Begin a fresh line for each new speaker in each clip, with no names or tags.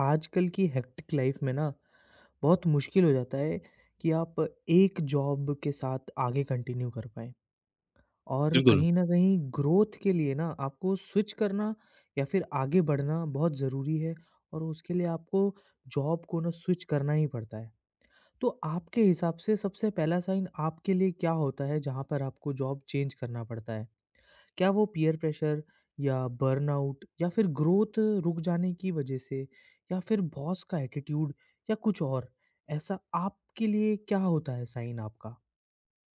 आजकल की hectic life में ना बहुत मुश्किल हो जाता है कि आप एक जॉब के साथ आगे कंटिन्यू कर पाएँ और
es
कहीं न कहीं ग्रोथ के लिए ना आपको स्विच करना या फिर आगे बढ़ना बहुत ज़रूरी है और उसके लिए आपको जॉब को ना स्विच करना ही पड़ता है। तो आपके हिसाब से सबसे पहला साइन आपके लिए क्या होता है जहाँ पर आपको जॉब चेंज करना पड़ता है? क्या वो पीयर प्रेशर या बर्नआउट या फिर ग्रोथ रुक जाने की वजह से या फिर बॉस का एटीट्यूड या कुछ और ऐसा आपके लिए क्या होता है साइन आपका?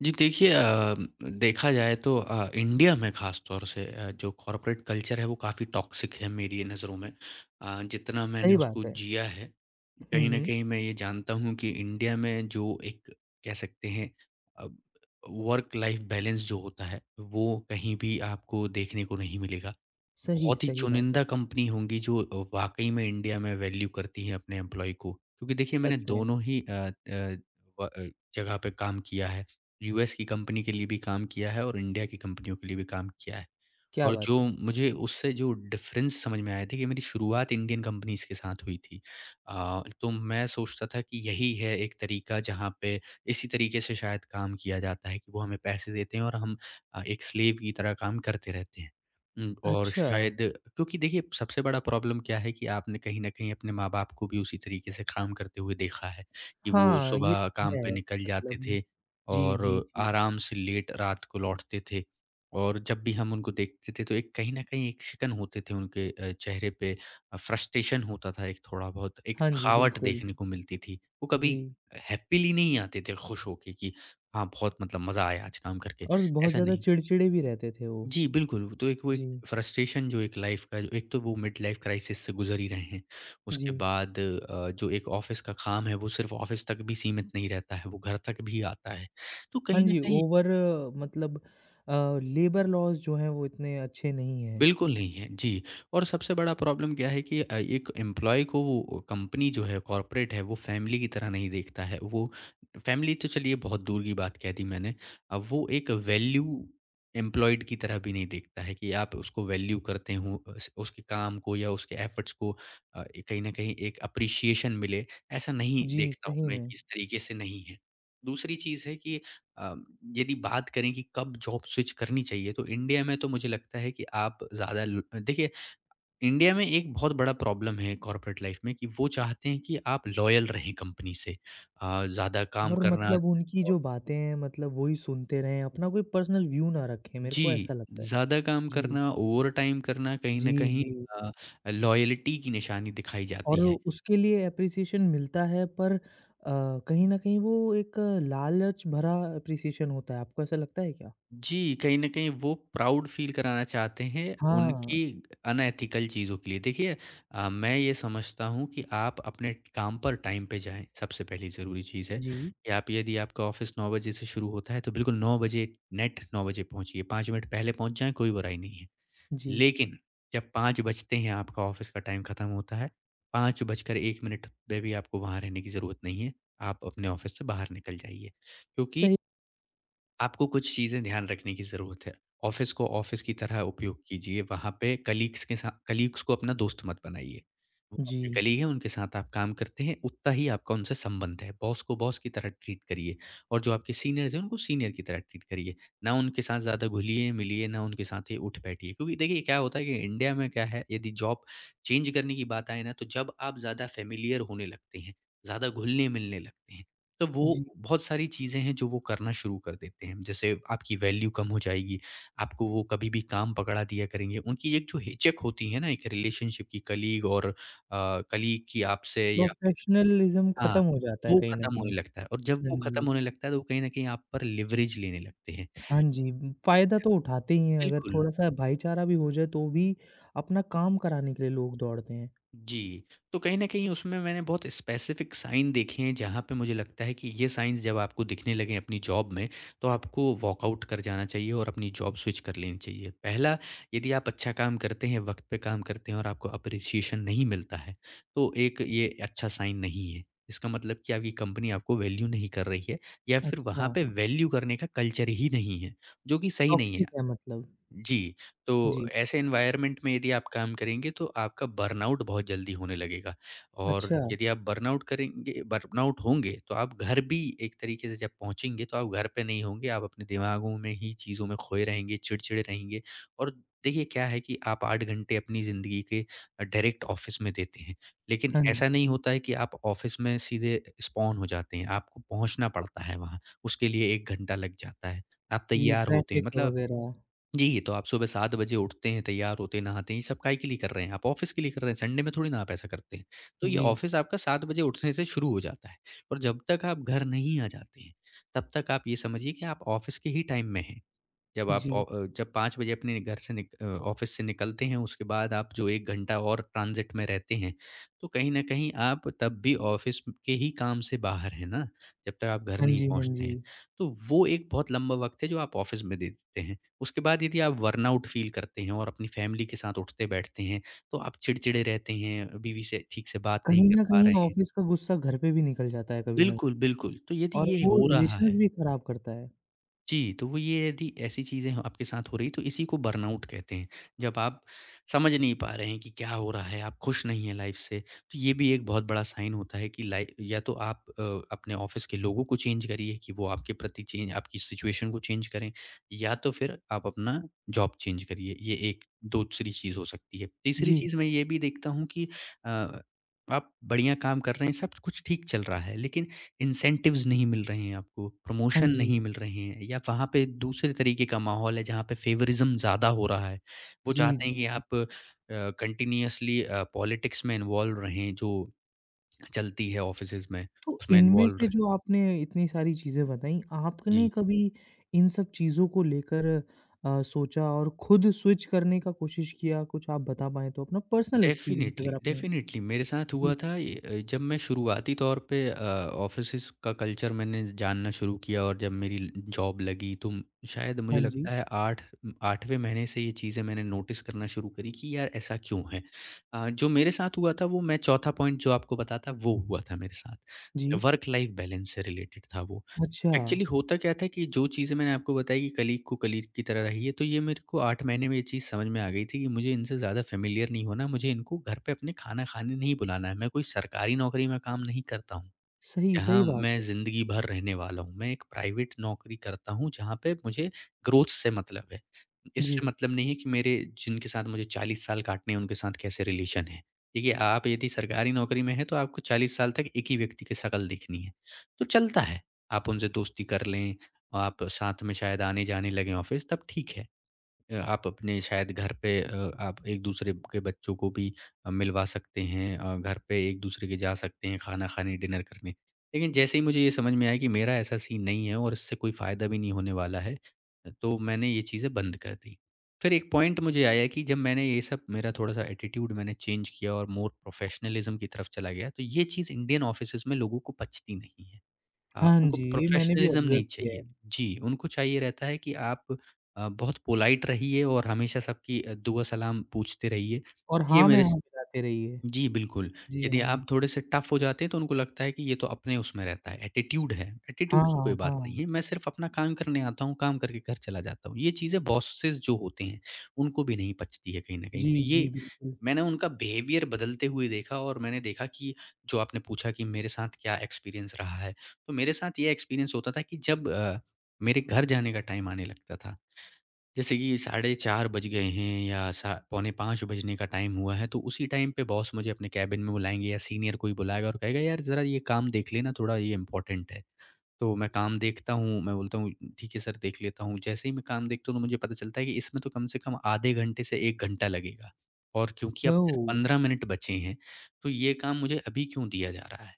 जी देखिए, देखा जाए तो इंडिया में ख़ास तौर से जो कॉर्पोरेट कल्चर है वो काफ़ी टॉक्सिक है मेरी नज़रों में। जितना मैंने
सही
उसको
बात है।
जिया है,
हुँ,
कहीं न
हुँ।
कहीं मैं ये जानता हूँ कि इंडिया में जो एक कह सकते हैं अ, वर्क लाइफ़ बैलेंस जो होता है, वो कहीं भी आपको देखने को नहीं मिलेगा।
सही,
बहुत ही
सही बात है।
चुनिंदा कंपनी होंगी जो वाक़ई में इंडिया में वैल्यू करती है अपने एम्प्लॉयी को। क्योंकि देखिए मैंने
सच में,
दोनों ही अ, व अ, जगह पे काम किया है। यूएस की कंपनी के लिए भी काम किया है और इंडिया की कंपनियों के लिए भी काम किया है।
क्या
और
बात
जो
है।
मुझे उससे जो डिफरेंस समझ में आया था कि मेरी शुरुआत इंडियन कंपनीज़ के साथ हुई थी। तो मैं सोचता था कि यही है एक तरीका जहाँ पे इसी तरीके से शायद काम किया जाता है कि वो हमें पैसे देते हैं और हम एक स्लेव की तरह काम करते रहते हैं। उम, और
अच्छा।
शायद क्योंकि देखिए सबसे बड़ा प्रॉब्लम क्या है कि आपने कहीं न कहीं अपने माँ-बाप को भी उसी तरीके से काम करते हुए देखा है कि वो
हाँ, ये
सुबह
तो
काम पे
है
निकल जाते
मतलब।
थे
जी,
और
जी, जी।
आराम से लेट रात को लौटते थे। और जब भी हम उनको देखते थे तो एक कहीं न कहीं एक शिकन होते थे उनके चेहरे पे फ्रस्ट्रेशन होता था एक थोड़ा बहुत, एक
हाँ जी,
थकावट
बिल्कुल।
देखने को मिलती थी। वो कभी
जी,
हैप्पीली नहीं आते थे खुश होके कि हाँ, बहुत मतलब मज़ा आया आज काम करके,
और बहुत
ऐसा
ज़्यादा
नहीं।
चिड़चिड़े भी रहते थे वो।
जी, बिल्कुल, वो तो एक
जी,
फ्रस्ट्रेशन जो एक लाइफ़ का जो एक तो वो मिड लाइफ़ क्राइसिस से गुज़र ही रहे हैं।
जी।
उसके बाद जो एक ऑफ़िस का काम है वो सिर्फ़ ऑफ़िस तक भी सीमित नहीं रहता है, वो घर तक भी आता है। तो
हाँ
कहीं न
जी,
कहीं।
ओवर मतलब लेबर लॉज़ जो हैं वो इतने अच्छे नहीं हैं।
बिल्कुल नहीं है, जी। और सबसे बड़ा प्रॉब्लम क्या है कि एक एम्प्लॉयी को वो कंपनी जो है कॉर्पोरेट है वो फ़ैमिली की तरह नहीं देखता है। वो फ़ैमिली तो चलिए बहुत दूर की बात कह दी मैंने। अब वो एक वैल्यू एम्प्लॉयड की तरह भी नहीं देखता है कि आप उसको वैल्यू करते हो उस उसके काम को या उसके एफ़र्ट्स को कहीं न कहीं एक एप्रिसिएशन मिले, ऐसा नहीं
जी,
देखता
सही
हूँ मैं
में।
कि इस तरीके से नहीं है। दूसरी चीज़ है कि अ, यदि बात करें कि कब जॉब स्विच करनी चाहिए तो इंडिया में तो मुझे लगता है कि आप ज़्यादा ल देखिए इंडिया में एक बहुत बड़ा प्रॉब्लम है कॉर्पोरेट लाइफ़ में कि वो चाहते हैं कि आप लॉयल रहें कंपनी से। अ, ज़्यादा काम
और
करना
मतलब उनकी जो बातें हैं मतलब वही सुनते रहें, अपना कोई पर्सनल व्यू ना रखें, मेरे को ऐसा
जी,
लगता है।
ज़्यादा काम
जी,
करना, ओवरटाइम करना कहीं
जी,
न कहीं
जी।
लॉयल्टी की निशानी दिखाई जाती
और
है।
उसके लिए एप्रिसिएशन मिलता है पर कहीं न कहीं वो एक लालच भरा एप्रिसिएशन होता है, आपको ऐसा लगता है क्या?
जी, कहीं न कहीं वो प्राउड फ़ील कराना चाहते हैं
हाँ,
उनकी अनएथिकल चीज़ों के लिए। देखिए मैं ये समझता हूँ कि आप अपने काम पर टाइम पे जाएँ, सबसे पहली ज़रूरी चीज़ है
जी,
कि आप यदि आपका ऑफ़िस 9 बजे से शुरू होता है, तो बिल्कुल 9 बजे नेट 9 बजे पहुँचिए, 5 मिनट पहले पहुँच जाएँ, कोई बुराई नहीं है।
जी,
लेकिन जब 5 बजते हैं आपका ऑफ़िस का टाइम खत्म होता है, 5 बजकर 1 मिनट पे भी आपको वहाँ रहने की ज़रूरत नहीं है, आप अपने ऑफ़िस से बाहर निकल जाइए। क्योंकि
सही
आपको कुछ चीज़ें ध्यान रखने की ज़रूरत है। ऑफ़िस को ऑफ़िस की तरह उपयोग कीजिए, वहाँ पे कलीग्स के सा कलीग्स को अपना दोस्त मत बनाइए। वो
जी,
आपके कलीग हैं, उनके साथ आप काम करते हैं, उतना ही आपका उनसे संबंध है। बॉस को बॉस की तरह ट्रीट करिए और जो आपके सीनियर्स हैं, उनको सीनियर की तरह ट्रीट करिए। ना उनके साथ ज़्यादा घुलिए-मिलिए, ना उनके साथ ही उठ बैठिए क्योंकि देखिए क्या होता है कि इंडिया में क्या है, यदि जॉब चेंज करने की बात आए ना, तो जब आप ज़्यादा फ़ैमिलियर होने लगते हैं, ज़्यादा घुलने-मिलने लगते हैं, तो वो
जी।
बहुत सारी चीज़ें हैं जो वो करना शुरू कर देते हैं। जैसे आपकी वैल्यू कम हो जाएगी, आपको वो कभी भी काम पकड़ा दिया करेंगे। उनकी एक जो हिचक होती है ना एक रिलेशनशिप की कलीग और कलीग की आपसे या फिर
प्रोफ़ेशनलिज़्म
हाँ,
खत्म हो जाता है
वो
कहीं न
खत्म
कहीं।
होने लगता है और जब
हाँ
वो खत्म
जी।
होने लगता है तो वो कहीं न कहीं आप पर लिवरेज लेने लगते हैं।
हाँ जी, फ़ायदा तो उठाते ही हैं, अगर
बिल्कुल।
थोड़ा-सा भाईचारा भी हो जाए तो भी अपना काम कराने के लिए लोग दौड़ते हैं।
जी, तो कहीं न कहीं उसमें मैंने बहुत स्पेसिफ़िक साइन देखे हैं, जहाँ पे मुझे लगता है कि ये साइन्स जब आपको दिखने लगें अपनी जॉब में, तो आपको वॉकआउट कर जाना चाहिए और अपनी जॉब स्विच कर लेनी चाहिए। पहला, यदि आप अच्छा काम करते हैं, वक़्त पे काम करते हैं और आपको एप्रिसिएशन नहीं मिलता है, तो एक ये अच्छा साइन नहीं है। इसका मतलब कि आपकी कंपनी आपको वैल्यू नहीं कर रही है या फिर
अच्छा,
वहाँ पे वैल्यू करने का कल्चर ही नहीं है, जो कि सही नहीं है।
टॉक्सिक है मतलब।
जी, तो
जी,
ऐसे एनवायरनमेंट में यदि आप काम करेंगे तो आपका बर्नआउट बहुत जल्दी होने लगेगा और
अच्छा।
यदि आप बर्नआउट होंगे तो आप घर भी एक तरीके से जब पहुँचेंगे तो आप घर पे नहीं होंगे, आप अपने दिमागों में ही चीज़ों में खोए रहेंगे, चिड़चिड़े रहेंगे और देखिए क्या है कि आप 8 घंटे अपनी ज़िंदगी के डायरेक्ट ऑफ़िस में देते हैं, लेकिन
हाँ
ऐसा
जी,
नहीं होता है कि आप ऑफ़िस में सीधे स्पॉन हो जाते हैं, आपको पहुँचना पड़ता है वहाँ, उसके लिए 1 घंटा लग जाता है। आप
जी,
तैयार होते हैं
ट्रैफ़िक
मतलब।
वग़ैरह।
जी, तो आप सुबह 7 बजे उठते हैं, तैयार होते हैं, नहाते हैं, ये सब काहे के लिए कर रहे हैं? आप ऑफ़िस के लिए कर रहे हैं, संडे में थोड़ी ना आप ऐसा करते हैं। तो ये
जी,
ऑफ़िस आपका 7 बजे उठने से शुरू हो जाता है और जब तक आप घर नहीं आ जाते हैं, तब तक आप ये समझिए कि आप ऑफ़िस के ही टाइम में हैं। जब आप
जी।
जब 5 बजे अपने घर से ऑफ़िस से निकलते हैं, उसके बाद आप जो 1 घंटा और ट्रांज़िट में रहते हैं, तो कहीं न कहीं आप तब भी ऑफ़िस के ही काम से बाहर हैं ना, जब तक आप घर
हाँ
नहीं
जी, हाँ
पहुँचते
जी।
हैं। तो वो एक बहुत लंबा वक़्त है जो आप ऑफ़िस में दे देते हैं। उसके बाद यदि आप बर्नआउट फ़ील करते हैं और अपनी फ़ैमिली के साथ उठते-बैठते हैं, तो आप चिड़चिड़े रहते हैं, बीवी से ठीक से बात नहीं
कहीं
कर
न
पा
कहीं
रहे हैं।
ऑफ़िस का गुस्सा घर पे भी निकल जाता है कभी न
बिल्कुल,
कभी
बिल्कुल। तो यदि
और
ये
वो
हो रहा
रिलेशंस
है।
भी ख़राब करता है।
जी, तो वो ये यदि ऐसी चीज़ें ह आपके साथ हो रही तो इसी को बर्नआउट कहते हैं। जब आप समझ नहीं पा रहे हैं कि क्या हो रहा है, आप खुश नहीं हैं लाइफ़ से, तो ये भी एक बहुत बड़ा साइन होता है कि लाइ या तो आप अपने ऑफ़िस के लोगों को चेंज करिए कि वो आपके प्रति चेंज आपकी सिचुएशन को चेंज करें या तो फिर आप अपना जॉब चेंज करिए। ये एक दूसरी चीज़ हो सकती है। तीसरी
जी।
चीज़ मैं ये भी देखता हूँ कि अ, आप बढ़िया काम कर रहे हैं, सब कुछ ठीक चल रहा है, लेकिन इंसेंटिव्स नहीं मिल रहे हैं आपको,
हाँ
प्रमोशन
जी।
नहीं मिल रहे हैं या वहाँ पे दूसरे तरीके का माहौल है जहाँ पे फेवरिज़्म ज़्यादा हो रहा है। वो
जी,
चाहते
जी।
हैं कि आप कंटिन्यूअसली पॉलिटिक्स में इन्वॉल्व रहें जो चलती है ऑफ़िसेज़ में,
तो
उसमें
इनमें
इन्वॉल्व
से
रह
जो आपने इतनी सारी चीज़ें बताई, आपने
जी।
कभी इन सब चीज़ों को लेकर सोचा और खुद स्विच करने का कोशिश किया? कुछ आप बता पाएँ तो अपना पर्सनल एक्सपीरियंस
डेफ़िनिटली,
अगर आपने
डेफ़िनिटली मेरे साथ हुआ
जी,
था ये जब मैं शुरुआती तौर पे ऑफ़िसेज़ का कल्चर मैंने जानना शुरू किया और जब मेरी ल जॉब लगी तो शायद
हाँ
मुझे
जी,
लगता है 8 8वें महीने से ये चीज़ें मैंने नोटिस करना शुरू करी कि यार ऐसा क्यों है? जो मेरे साथ हुआ था वो, मैं चौथा पॉइंट जो आपको बताता वो हुआ था मेरे साथ।
जी।
वर्क लाइफ़ बैलेंस से रिलेटेड था वो।
अच्छा,
एक्चुअली होता क्या था कि जो चीज़ें मैंने आपको बताई कि कलीग को कलीग की तरह रहिए, तो ये मेरे को 8 महीने में ये चीज़ समझ में आ गई थी कि मुझे इनसे ज़्यादा फ़ैमिलियर नहीं होना, मुझे इनको घर पे अपने खाना खाने नहीं बुलाना है। मैं कोई सरकारी नौकरी में काम नहीं करता हूँ
सही सही
जहाँ
बात
मैं
है।
ज़िंदगी भर रहने वाला हूँ। मैं एक प्राइवेट नौकरी करता हूँ जहाँ पे मुझे ग्रोथ से मतलब है।
जी।
इससे मतलब नहीं है कि मेरे जिनके साथ मुझे 40 साल काटने हैं उनके साथ कैसे रिलेशन है। देखिए आप यदि सरकारी नौकरी में हैं तो आपको 40 साल तक एक ही व्यक्ति की शक्ल दिखनी है। तो चलता है, आप उनसे दोस्ती कर लें, आप साथ में शायद आने-जाने लगें ऑफ़िस तब ठीक है। आप अपने शायद घर पे आप एक दूसरे के बच्चों को भी मिलवा सकते हैं, घर पे एक दूसरे के जा सकते हैं खाना खाने, डिनर करने। लेकिन जैसे ही मुझे ये समझ में आया कि मेरा ऐसा सीन नहीं है और इससे कोई फ़ायदा भी नहीं होने वाला है, तो मैंने ये चीज़ें बंद कर दी। फिर एक पॉइंट मुझे आया कि जब मैंने ये सब, मेरा थोड़ा सा एटीट्यूड मैंने चेंज किया और मोर प्रोफेशनलिज्म की तरफ चला गया, तो ये चीज़ इंडियन ऑफिसेज में लोगों को पचती नहीं है। हाँ,
हाँ
उनको
जी, ये मैंने भी
प्रोफ़ेशनलिज़्म
ऑब्ज़र्व
नहीं
किया है
चाहिए। जी, उनको चाहिए रहता है कि आप बहुत पोलाइट रहिए और हमेशा सबकी दुआ सलाम पूछते रहिए।
और
ये
हाँ में
मेरे।
हाँ मिलाते रहिए।
जी, बिल्कुल।
जी
यदि
हाँ।
आप थोड़े-से टफ़ हो जाते हैं तो उनको लगता है कि ये तो अपने उसमें रहता है। एटीट्यूड की कोई
हाँ,
बात नहीं
हाँ।
है, मैं सिर्फ़ अपना काम करने आता हूँ, काम करके घर चला जाता हूँ। ये चीज़ें बॉसेज़ जो होते हैं, उनको भी नहीं पचती है कहीं न कहीं।
जी,
तो
जी,
ये,
बिल्कुल।
मैंने उनका बिहेवियर बदलते हुए देखा और मैंने देखा कि जो आपने पूछा कि मेरे साथ क्या एक्सपीरियंस रहा है, तो मेरे साथ ये एक्सपीरियंस होता था कि जब मेरे घर जाने का टाइम आने लगता था, जैसे कि साढ़े 4 बज गए हैं या सा पौने 5 बजने का टाइम हुआ है, तो उसी टाइम पे बॉस मुझे अपने केबिन में बुलाएँगे या सीनियर कोई बुलाएगा और कहेगा, "यार, ज़रा ये काम देख लेना, थोड़ा ये इम्पोर्टेंट है।" तो मैं काम देखता हूँ, मैं बोलता हूँ, "ठीक है सर, देख लेता हूँ।" जैसे ही मैं काम देखता हूँ, तो मुझे पता चलता है कि इसमें तो कम से कम आधे घंटे से 1 घंटा लगेगा, और क्योंकि अब सिर्फ
ओह!
15 मिनट बचे हैं, तो ये काम मुझे अभी क्यों दिया जा रहा है?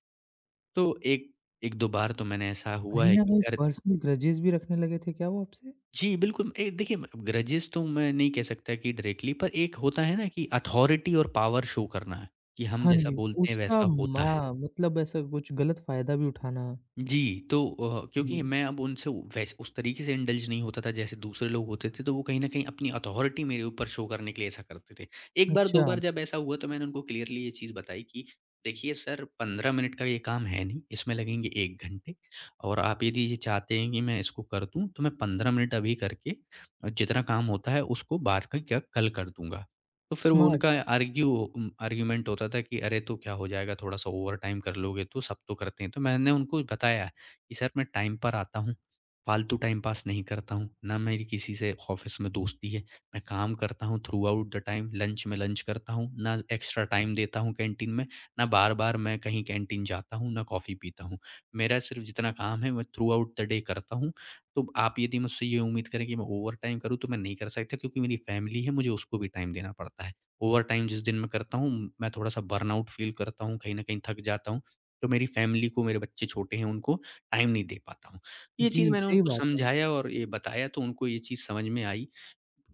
तो एक, 1-2 बार तो मैंने ऐसा हुआ
कहीं
है
न
कि
कहीं
कर।
पर्सनल ग्रजेस भी रखने लगे थे क्या वो आपसे?
जी, बिल्कुल। देखिए, म ग्रजेस तो मैं नहीं कह सकता कि डायरेक्टली, पर एक होता है ना कि अथॉरिटी और पावर शो करना है, कि हम
हाँ
जैसा
जी,
बोलते हैं
उसका
वैसा होता है।
माँ मतलब ऐसा कुछ गलत फ़ायदा भी उठाना।
जी, तो क्योंकि
जी,
मैं अब उनसे वैसे उस तरीके से इंडल्ज नहीं होता था जैसे दूसरे लोग होते थे, तो वो कहीं न कहीं अपनी अथॉरिटी मेरे ऊपर शो करने के लिए ऐसा करते थे। एक बार, दो
अच्छा,
बार जब ऐसा हुआ तो मैंने उनको क्लियरली ये चीज़ बताई कि देखिए सर, 15 मिनट का ये काम है नहीं, इसमें लगेंगे 1 घंटे, और आप यदि ये चाहते हैं कि मैं इसको कर दूँ, तो मैं 15 मिनट अभी करके जितना काम होता है उसको बाद का, क्या, कल कर दूँगा। तो फिर वो
स्मार्ट
उनका आर्ग्यूमेंट होता था कि अरे तो क्या हो जाएगा थोड़ा-सा ओवरटाइम कर लोगे तो, सब तो करते हैं। तो मैंने उनको बताया कि सर, मैं टाइम पर आता हूँ, फालतू टाइम पास नहीं करता हूँ, ना मेरी किसी से ऑफ़िस में दोस्ती है। मैं काम करता हूँ throughout the time, lunch में लंच करता हूँ, ना एक्स्ट्रा टाइम देता हूँ कैंटीन में, ना बार-बार मैं कहीं कैंटीन जाता हूँ, ना कॉफ़ी पीता हूँ। मेरा सिर्फ़ जितना काम है मैं थ्रू आउट द डे करता हूँ, तो आप यदि मुझसे ये उम्मीद करें कि मैं ओवरटाइम करूँ तो मैं नहीं कर सकता, क्योंकि मेरी फैमिली है, मुझे उसको भी टाइम देना पड़ता है। ओवरटाइम जिस दिन मैं करता हूँ, मैं थोड़ा-सा बर्नआउट फ़ील करता हूँ, कहीं न कहीं थक जाता हूँ, तो मेरी फैमिली को, मेरे बच्चे छोटे हैं उनको टाइम नहीं दे पाता हूँ। ये चीज़
जी,
मैंने
सही
उनको
बात है।
समझाया और ये बताया, तो उनको ये चीज़ समझ में आई।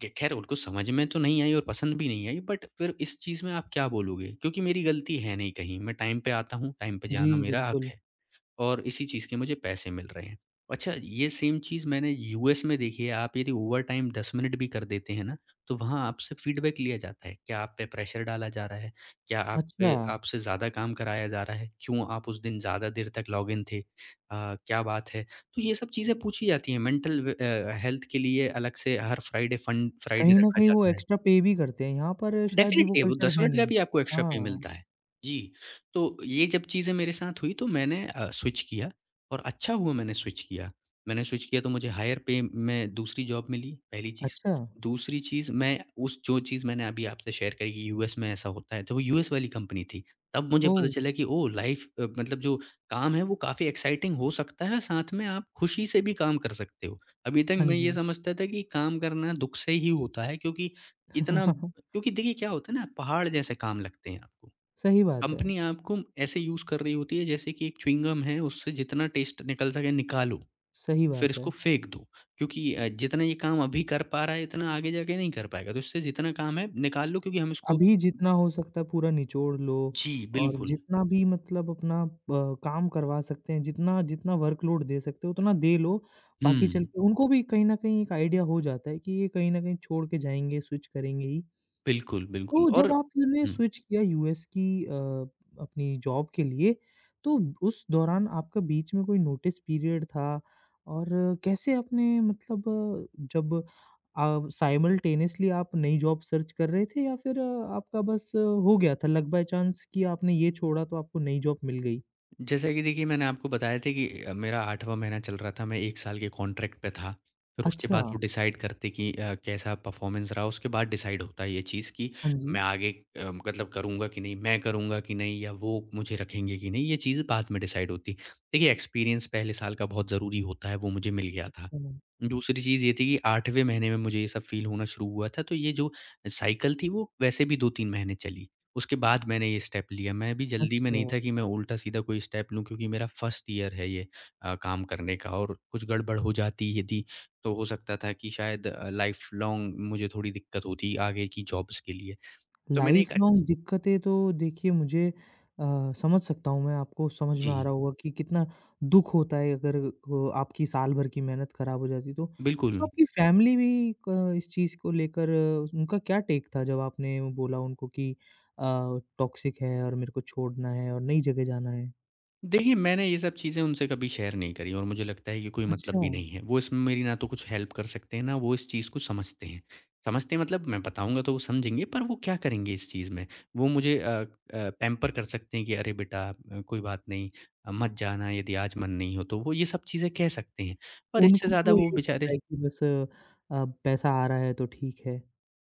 ख ख़ैर, उनको समझ में तो नहीं आई और पसंद भी नहीं आई, बट फिर इस चीज़ में आप क्या बोलोगे? क्योंकि मेरी गलती है नहीं कहीं, मैं टाइम पे आता हूँ, टाइम पे
जी,
जाना मेरा हक़
बिल्कुल।
है। और इसी चीज़ के मुझे पैसे मिल रहे हैं। अच्छा, ये सेम चीज़ मैंने यूएस में देखी है, आप यदि ओवरटाइम 10 मिनट भी कर देते हैं ना, तो वहाँ आपसे फीडबैक लिया जाता है। क्या आप पे प्रेशर डाला जा रहा है? क्या आप
अच्छा,
पे आपसे ज़्यादा काम कराया जा रहा है? क्यों आप उस दिन ज़्यादा देर तक लॉगिन थे? क्या बात है? तो ये सब चीज़ें पूछी जाती हैं। मेंटल व हेल्थ के लिए अलग से हर फ्राइडे फंड फ्राइडे
कहीं न
रखा
कहीं वो
जाता है।
एक्स्ट्रा पे भी करते हैं, यहाँ पर शायद ये वो
डेफ़िनिटली, वो
कल्चर
10
है
मिनट का
नहीं।
भी आपको एक्स्ट्रा पे
हाँ,
मिलता है। जी, तो ये जब चीज़ें मेरे साथ हुई, तो मैंने स्विच किया, और अच्छा हुआ मैंने स्विच किया। मैंने स्विच किया तो मुझे हायर पे में दूसरी जॉब मिली, पहली चीज़।
अच्छा,
दूसरी चीज़, मैं उस जो चीज़ मैंने अभी आपसे शेयर करी कि यूएस में ऐसा होता है, तो वो यूएस वाली कंपनी थी। तब मुझे पता
ओह!
चला कि ओह! लाइफ़, मतलब जो काम है वो काफ़ी एक्साइटिंग हो सकता है, साथ में आप खुशी से भी काम कर सकते हो। अभी तक
हाँ
मैं ये
जी।
समझता था कि काम करना दुःख से ही होता है, क्योंकि इतना, क्योंकि देखिए क्या होता है ना, पहाड़ जैसे काम लगते हैं आपको।
सही बात है,
कंपनी आपको ऐसे यूज़ कर रही होती है जैसे कि एक च्युइंग गम है, उससे जितना टेस्ट निकल सके निकालो,
सही
फिर
बात
इसको
है।
फेंक दो। क्योंकि जितना ये काम अभी कर पा रहा है इतना आगे जाके नहीं कर पाएगा। तो इससे जितना काम है निकाल लो, क्योंकि हम इसको।
अभी जितना हो सकता है पूरा निचोड़ लो
जी,
और
बिल्कुल।
जितना भी मतलब अपना काम करवा सकते हैं, जितना जितना वर्कलोड दे सकते हो उतना दे लो,
हुँ,
बाकी चल के उनको भी कहीं न कहीं एक आइडिया हो जाता है कि ये कहीं न कहीं छोड़ के जाएँगे, स्विच करेंगे ही।
बिल्कुल, बिल्कुल
तो जब
और।
आपने
हुँ।
स्विच किया यूएस की अपनी जॉब के लिए, तो उस दौरान आपका बीच में कोई नोटिस पीरियड था? और कैसे आपने मतलब जब जब साइमल्टेनियसली आप नई जॉब सर्च कर रहे थे या फिर आपका बस हो गया था लक बाय चांस कि आपने ये छोड़ा तो आपको नई जॉब मिल गई?
जैसा कि देखिए मैंने आपको बताया था कि मेरा 8वाँ महीना चल रहा था, मैं 1 साल के कॉन्ट्रैक्ट पे था। फिर उसके
अच्छा।
बाद वो डिसाइड करते कि कैसा परफ़ॉर्मेंस रहा, उसके बाद डिसाइड होता है ये चीज़ कि
हाँ जी।
मैं आगे मतलब करूँगा कि नहीं, मैं करूँगा कि नहीं, या वो मुझे रखेंगे कि नहीं, ये चीज़ बाद में डिसाइड होती। देखिए, एक्सपीरियंस पहले साल का बहुत ज़रूरी होता है, वो मुझे मिल गया था।
अच्छा,
दूसरी चीज़ ये थी कि 8वें महीने में मुझे ये सब फ़ील होना शुरू हुआ था, तो ये जो साइकिल थी वो वैसे भी 2-3 महीने चली। उसके बाद मैंने ये स्टेप लिया। मैं भी जल्दी में नहीं
अच्छा।
था कि मैं उल्टा-सीधा कोई स्टेप लूँ, क्योंकि मेरा फर्स्ट ईयर है ये काम करने का, और कुछ गड़बड़ हो जाती यदि, तो हो सकता था कि शायद लाइफ़ लॉन्ग मुझे थोड़ी दिक्कत होती आगे की जॉब्स के लिए। तो मैंने
लाइफ
एक अच्छ।
लॉन्ग दिक्कतें तो देखिए मुझे समझ सकता हूँ मैं आपको समझ में आ
जी,
रहा होगा कि कितना दुःख होता है अगर आपकी साल भर की मेहनत खराब हो जाती तो।
बिल्कुल।
तो आपकी फैमिली भी क इस चीज़ को लेकर उनका क्या टेक था जब आपने वो बोला उनको कि अ, टॉक्सिक है और मेरे को छोड़ना है और नई जगह जाना है?
देखिए, मैंने ये सब चीज़ें उनसे कभी शेयर नहीं करी, और मुझे लगता है कि कोई मतलब
अच्छा,
भी नहीं है। वो इसमें मेरी ना तो कुछ हेल्प कर सकते हैं, ना वो इस चीज़ को समझते हैं। समझते हैं मतलब, मैं बताऊँगा तो वो समझेंगे, पर वो क्या करेंगे इस चीज़ में? वो मुझे पैम्पर कर सकते हैं कि अरे बेटा, कोई बात नहीं, मत जाना यदि आज मन नहीं हो तो। वो ये सब चीज़ें कह सकते हैं, पर इससे
उनको
ज़्यादा
तो
वो
यही लगता
बेचारे।
है कि बस पैसा आ रहा है तो ठीक है।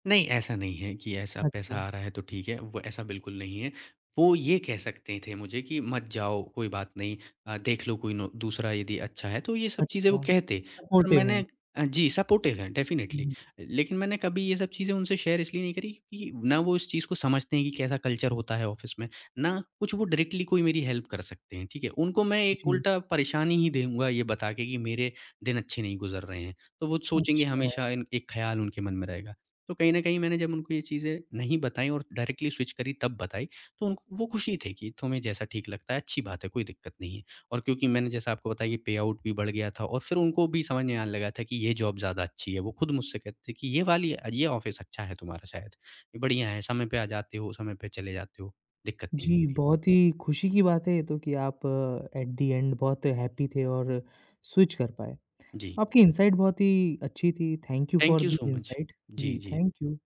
नहीं, ऐसा नहीं है कि ऐसा पैसा
अच्छा,
आ रहा है तो ठीक है, वो ऐसा बिल्कुल नहीं है। वो ये कह सकते थे मुझे कि मत जाओ, कोई बात नहीं, देख लो कोई नो दूसरा यदि अच्छा है, तो ये सब चीज़ें वो
अच्छा,
कहते। पर
सपोर्टिव हैं।
मैंने, जी सपोर्टिव हैं
हुँ,
डेफ़िनेटली।
हुँ।
लेकिन मैंने कभी ये सब चीज़ें उनसे शेयर इसलिए नहीं करी, क्योंकि ना वो इस चीज़ को समझते हैं कि कैसा कल्चर होता है ऑफ़िस में, ना कुछ वो डायरेक्टली कोई मेरी हेल्प कर सकते हैं, ठीक है? उनको मैं एक
जी,
उल्टा परेशानी ही दूँगा ये बता के कि मेरे दिन अच्छे नहीं गुज़र रहे हैं। तो वो सोचेंगे,
अच्छा।
हमेशा इन एक ख़्याल उनके मन में रहेगा। तो कहीं न कहीं मैंने जब उनको ये चीज़ें नहीं बताई और डायरेक्टली स्विच करी तब बताई, तो उनको वो खुशी थे कि तुम्हें जैसा ठीक लगता है अच्छी बात है, कोई दिक्कत नहीं है। और क्योंकि मैंने जैसा आपको बताया कि पे-आउट भी बढ़ गया था, और फिर उनको भी समझ में आने लगा था कि ये जॉब ज़्यादा अच्छी है। वो खुद मुझसे कहते थे कि ये वाली ये ऑफ़िस अच्छा है तुम्हारा शायद, ये बढ़िया है, समय पे आ जाते हो, समय पे चले जाते हो, दिक्कत नहीं
जी,
होती।
बहुत ही खुशी की बात है ये तो कि आप एट द एंड बहुत हैप्पी थे और स्विच कर पाए।
जी,
आपकी इनसाइट बहुत ही अच्छी थी। Thank you for
thank you
this
so much.
Insight.
जी,
जी,
जी।
Thank you.